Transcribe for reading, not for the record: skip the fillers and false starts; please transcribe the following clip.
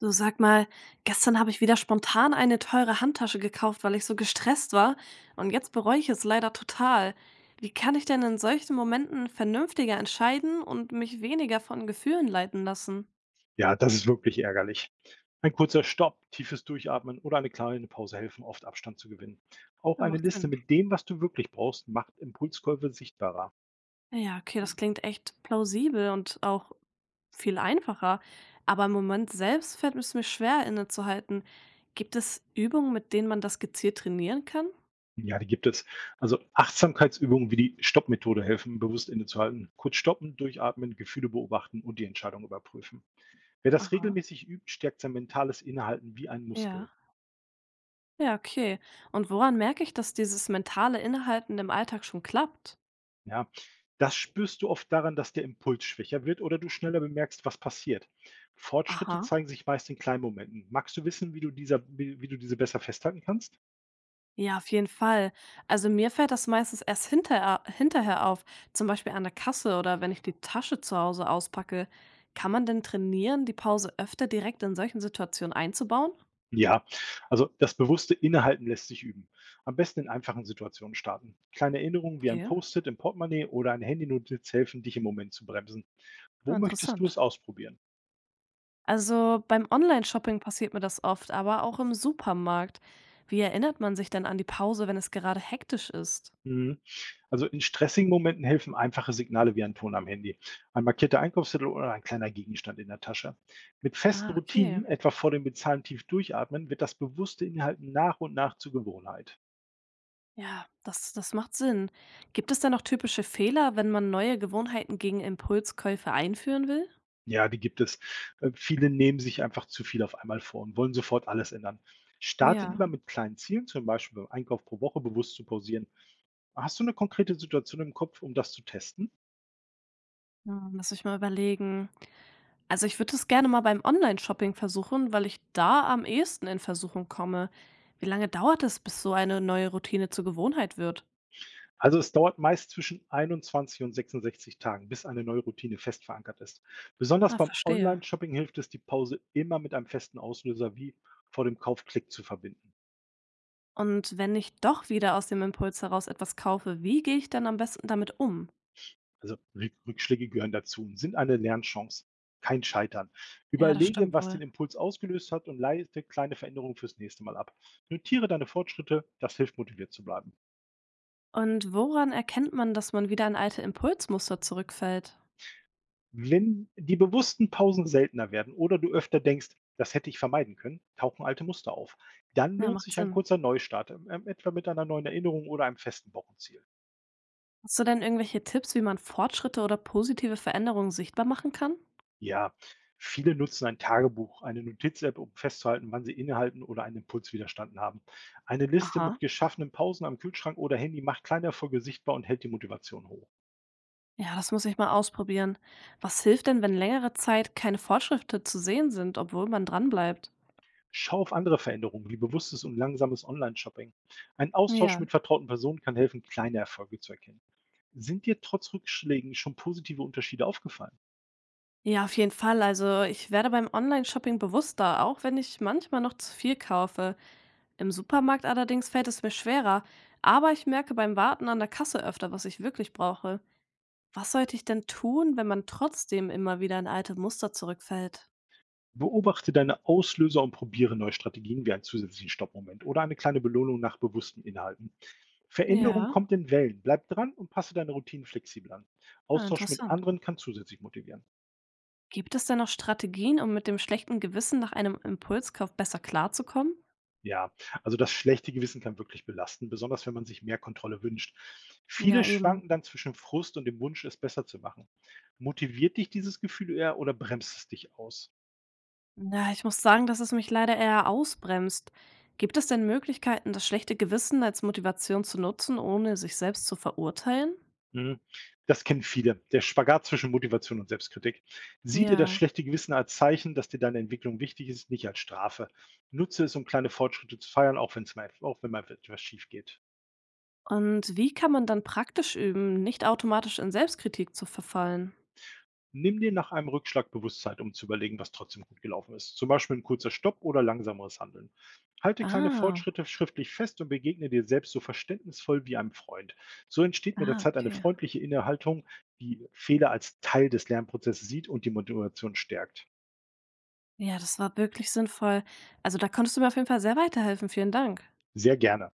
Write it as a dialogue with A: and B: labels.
A: Du sag mal, gestern habe ich wieder spontan eine teure Handtasche gekauft, weil ich so gestresst war und jetzt bereue ich es leider total. Wie kann ich denn in solchen Momenten vernünftiger entscheiden und mich weniger von Gefühlen leiten lassen?
B: Ja, das ist wirklich ärgerlich. Ein kurzer Stopp, tiefes Durchatmen oder eine kleine Pause helfen oft Abstand zu gewinnen. Auch
A: Ja,
B: eine
A: macht
B: Liste
A: Sinn.
B: mit dem, was du wirklich brauchst, macht Impulskäufe sichtbarer.
A: Ja, okay, das klingt echt plausibel und auch viel einfacher. Aber im Moment selbst fällt es mir schwer, innezuhalten. Gibt es Übungen, mit denen man das gezielt trainieren kann?
B: Ja, die gibt es. Also Achtsamkeitsübungen wie die Stopp-Methode helfen, bewusst innezuhalten, kurz stoppen, durchatmen, Gefühle beobachten und die Entscheidung überprüfen. Wer das
A: Aha.
B: regelmäßig übt, stärkt sein mentales Innehalten wie ein Muskel.
A: Ja. Ja, okay. Und woran merke ich, dass dieses mentale Inhalten im Alltag schon klappt?
B: Ja, das spürst du oft daran, dass der Impuls schwächer wird oder du schneller bemerkst, was passiert. Fortschritte
A: Aha.
B: zeigen sich meist in kleinen Momenten. Magst du wissen, wie du diese besser festhalten kannst?
A: Ja, auf jeden Fall. Also mir fällt das meistens erst hinterher auf, zum Beispiel an der Kasse oder wenn ich die Tasche zu Hause auspacke. Kann man denn trainieren, die Pause öfter direkt in solchen Situationen einzubauen?
B: Ja, also das bewusste Innehalten lässt sich üben. Am besten in einfachen Situationen starten. Kleine Erinnerungen wie ein
A: Okay,
B: Post-it im Portemonnaie oder eine Handynotiz helfen, dich im Moment zu bremsen. Wo
A: ja,
B: möchtest du
A: interessant.
B: es ausprobieren?
A: Also beim Online-Shopping passiert mir das oft, aber auch im Supermarkt. Wie erinnert man sich denn an die Pause, wenn es gerade hektisch ist?
B: Mhm. Also, in stressigen Momenten helfen einfache Signale wie ein Ton am Handy, ein markierter Einkaufszettel oder ein kleiner Gegenstand in der Tasche. Mit festen
A: Ah, okay.
B: Routinen, etwa vor dem Bezahlen tief durchatmen, wird das bewusste Inhalten nach und nach zur Gewohnheit.
A: Ja, das macht Sinn. Gibt es denn noch typische Fehler, wenn man neue Gewohnheiten gegen Impulskäufe einführen will?
B: Ja, die gibt es. Viele nehmen sich einfach zu viel auf einmal vor und wollen sofort alles ändern. Starte lieber
A: Ja,
B: mit kleinen Zielen, zum Beispiel beim Einkauf pro Woche bewusst zu pausieren. Hast du eine konkrete Situation im Kopf, um das zu testen?
A: hm, lass mich mal überlegen. Also ich würde es gerne mal beim Online-Shopping versuchen, weil ich da am ehesten in Versuchung komme. Wie lange dauert es, bis so eine neue Routine zur Gewohnheit wird?
B: Also, es dauert meist zwischen 21 und 66 Tagen, bis eine neue Routine fest verankert ist. Besonders
A: Ah,
B: beim
A: verstehe.
B: Online-Shopping hilft es, die Pause immer mit einem festen Auslöser wie vor dem Kaufklick zu verbinden.
A: Und wenn ich doch wieder aus dem Impuls heraus etwas kaufe, wie gehe ich dann am besten damit um?
B: Also Rückschläge gehören dazu und sind eine Lernchance, kein Scheitern.
A: Ja, das
B: Überlege,
A: stimmt
B: was den
A: wohl.
B: Impuls ausgelöst hat und leite kleine Veränderungen fürs nächste Mal ab. Notiere deine Fortschritte, das hilft motiviert zu bleiben.
A: Und woran erkennt man, dass man wieder in alte Impulsmuster zurückfällt?
B: Wenn die bewussten Pausen seltener werden oder du öfter denkst, das hätte ich vermeiden können, tauchen alte Muster auf. Dann
A: Ja,
B: lohnt
A: macht
B: sich ein
A: Sinn.
B: kurzer Neustart, etwa mit einer neuen Erinnerung oder einem festen Wochenziel.
A: Hast du denn irgendwelche Tipps, wie man Fortschritte oder positive Veränderungen sichtbar machen kann?
B: Ja, viele nutzen ein Tagebuch, eine Notiz-App, um festzuhalten, wann sie innehalten oder einen Impuls widerstanden haben. Eine Liste mit
A: Aha.
B: geschaffenen Pausen am Kühlschrank oder Handy macht kleine Erfolge sichtbar und hält die Motivation hoch.
A: Ja, das muss ich mal ausprobieren. Was hilft denn, wenn längere Zeit keine Fortschritte zu sehen sind, obwohl man dranbleibt?
B: Schau auf andere Veränderungen wie bewusstes und langsames Online-Shopping. Ein Austausch
A: Ja.
B: mit vertrauten Personen kann helfen, kleine Erfolge zu erkennen. Sind dir trotz Rückschlägen schon positive Unterschiede aufgefallen?
A: Ja, auf jeden Fall. Also ich werde beim Online-Shopping bewusster, auch wenn ich manchmal noch zu viel kaufe. Im Supermarkt allerdings fällt es mir schwerer, aber ich merke beim Warten an der Kasse öfter, was ich wirklich brauche. Was sollte ich denn tun, wenn man trotzdem immer wieder in alte Muster zurückfällt?
B: Beobachte deine Auslöser und probiere neue Strategien wie einen zusätzlichen Stoppmoment oder eine kleine Belohnung nach bewussten Inhalten. Veränderung
A: Ja,
B: kommt in Wellen. Bleib dran und passe deine Routinen flexibel an.
A: ah,
B: Austausch mit
A: interessant.
B: anderen kann zusätzlich motivieren.
A: Gibt es denn noch Strategien, um mit dem schlechten Gewissen nach einem Impulskauf besser klarzukommen?
B: Ja, also das schlechte Gewissen kann wirklich belasten, besonders wenn man sich mehr Kontrolle wünscht. Viele
A: Ja, eben.
B: schwanken dann zwischen Frust und dem Wunsch, es besser zu machen. Motiviert dich dieses Gefühl eher oder bremst es dich aus?
A: Na, ich muss sagen, dass es mich leider eher ausbremst. Gibt es denn Möglichkeiten, das schlechte Gewissen als Motivation zu nutzen, ohne sich selbst zu verurteilen?
B: Mhm. Das kennen viele. Der Spagat zwischen Motivation und Selbstkritik. Sieh dir das
A: Ja.
B: schlechte Gewissen als Zeichen, dass dir deine Entwicklung wichtig ist, nicht als Strafe. Nutze es, um kleine Fortschritte zu feiern, auch wenn mal etwas schief geht.
A: Und wie kann man dann praktisch üben, nicht automatisch in Selbstkritik zu verfallen?
B: Nimm dir nach einem Rückschlag bewusst um zu überlegen, was trotzdem gut gelaufen ist. Zum Beispiel ein kurzer Stopp oder langsameres Handeln. Halte kleine
A: Ah,
B: Fortschritte schriftlich fest und begegne dir selbst so verständnisvoll wie einem Freund. So entsteht mit der Zeit eine
A: okay.
B: freundliche Innehaltung, die Fehler als Teil des Lernprozesses sieht und die Motivation stärkt.
A: Ja, das war wirklich sinnvoll. Also da konntest du mir auf jeden Fall sehr weiterhelfen. Vielen Dank.
B: Sehr gerne.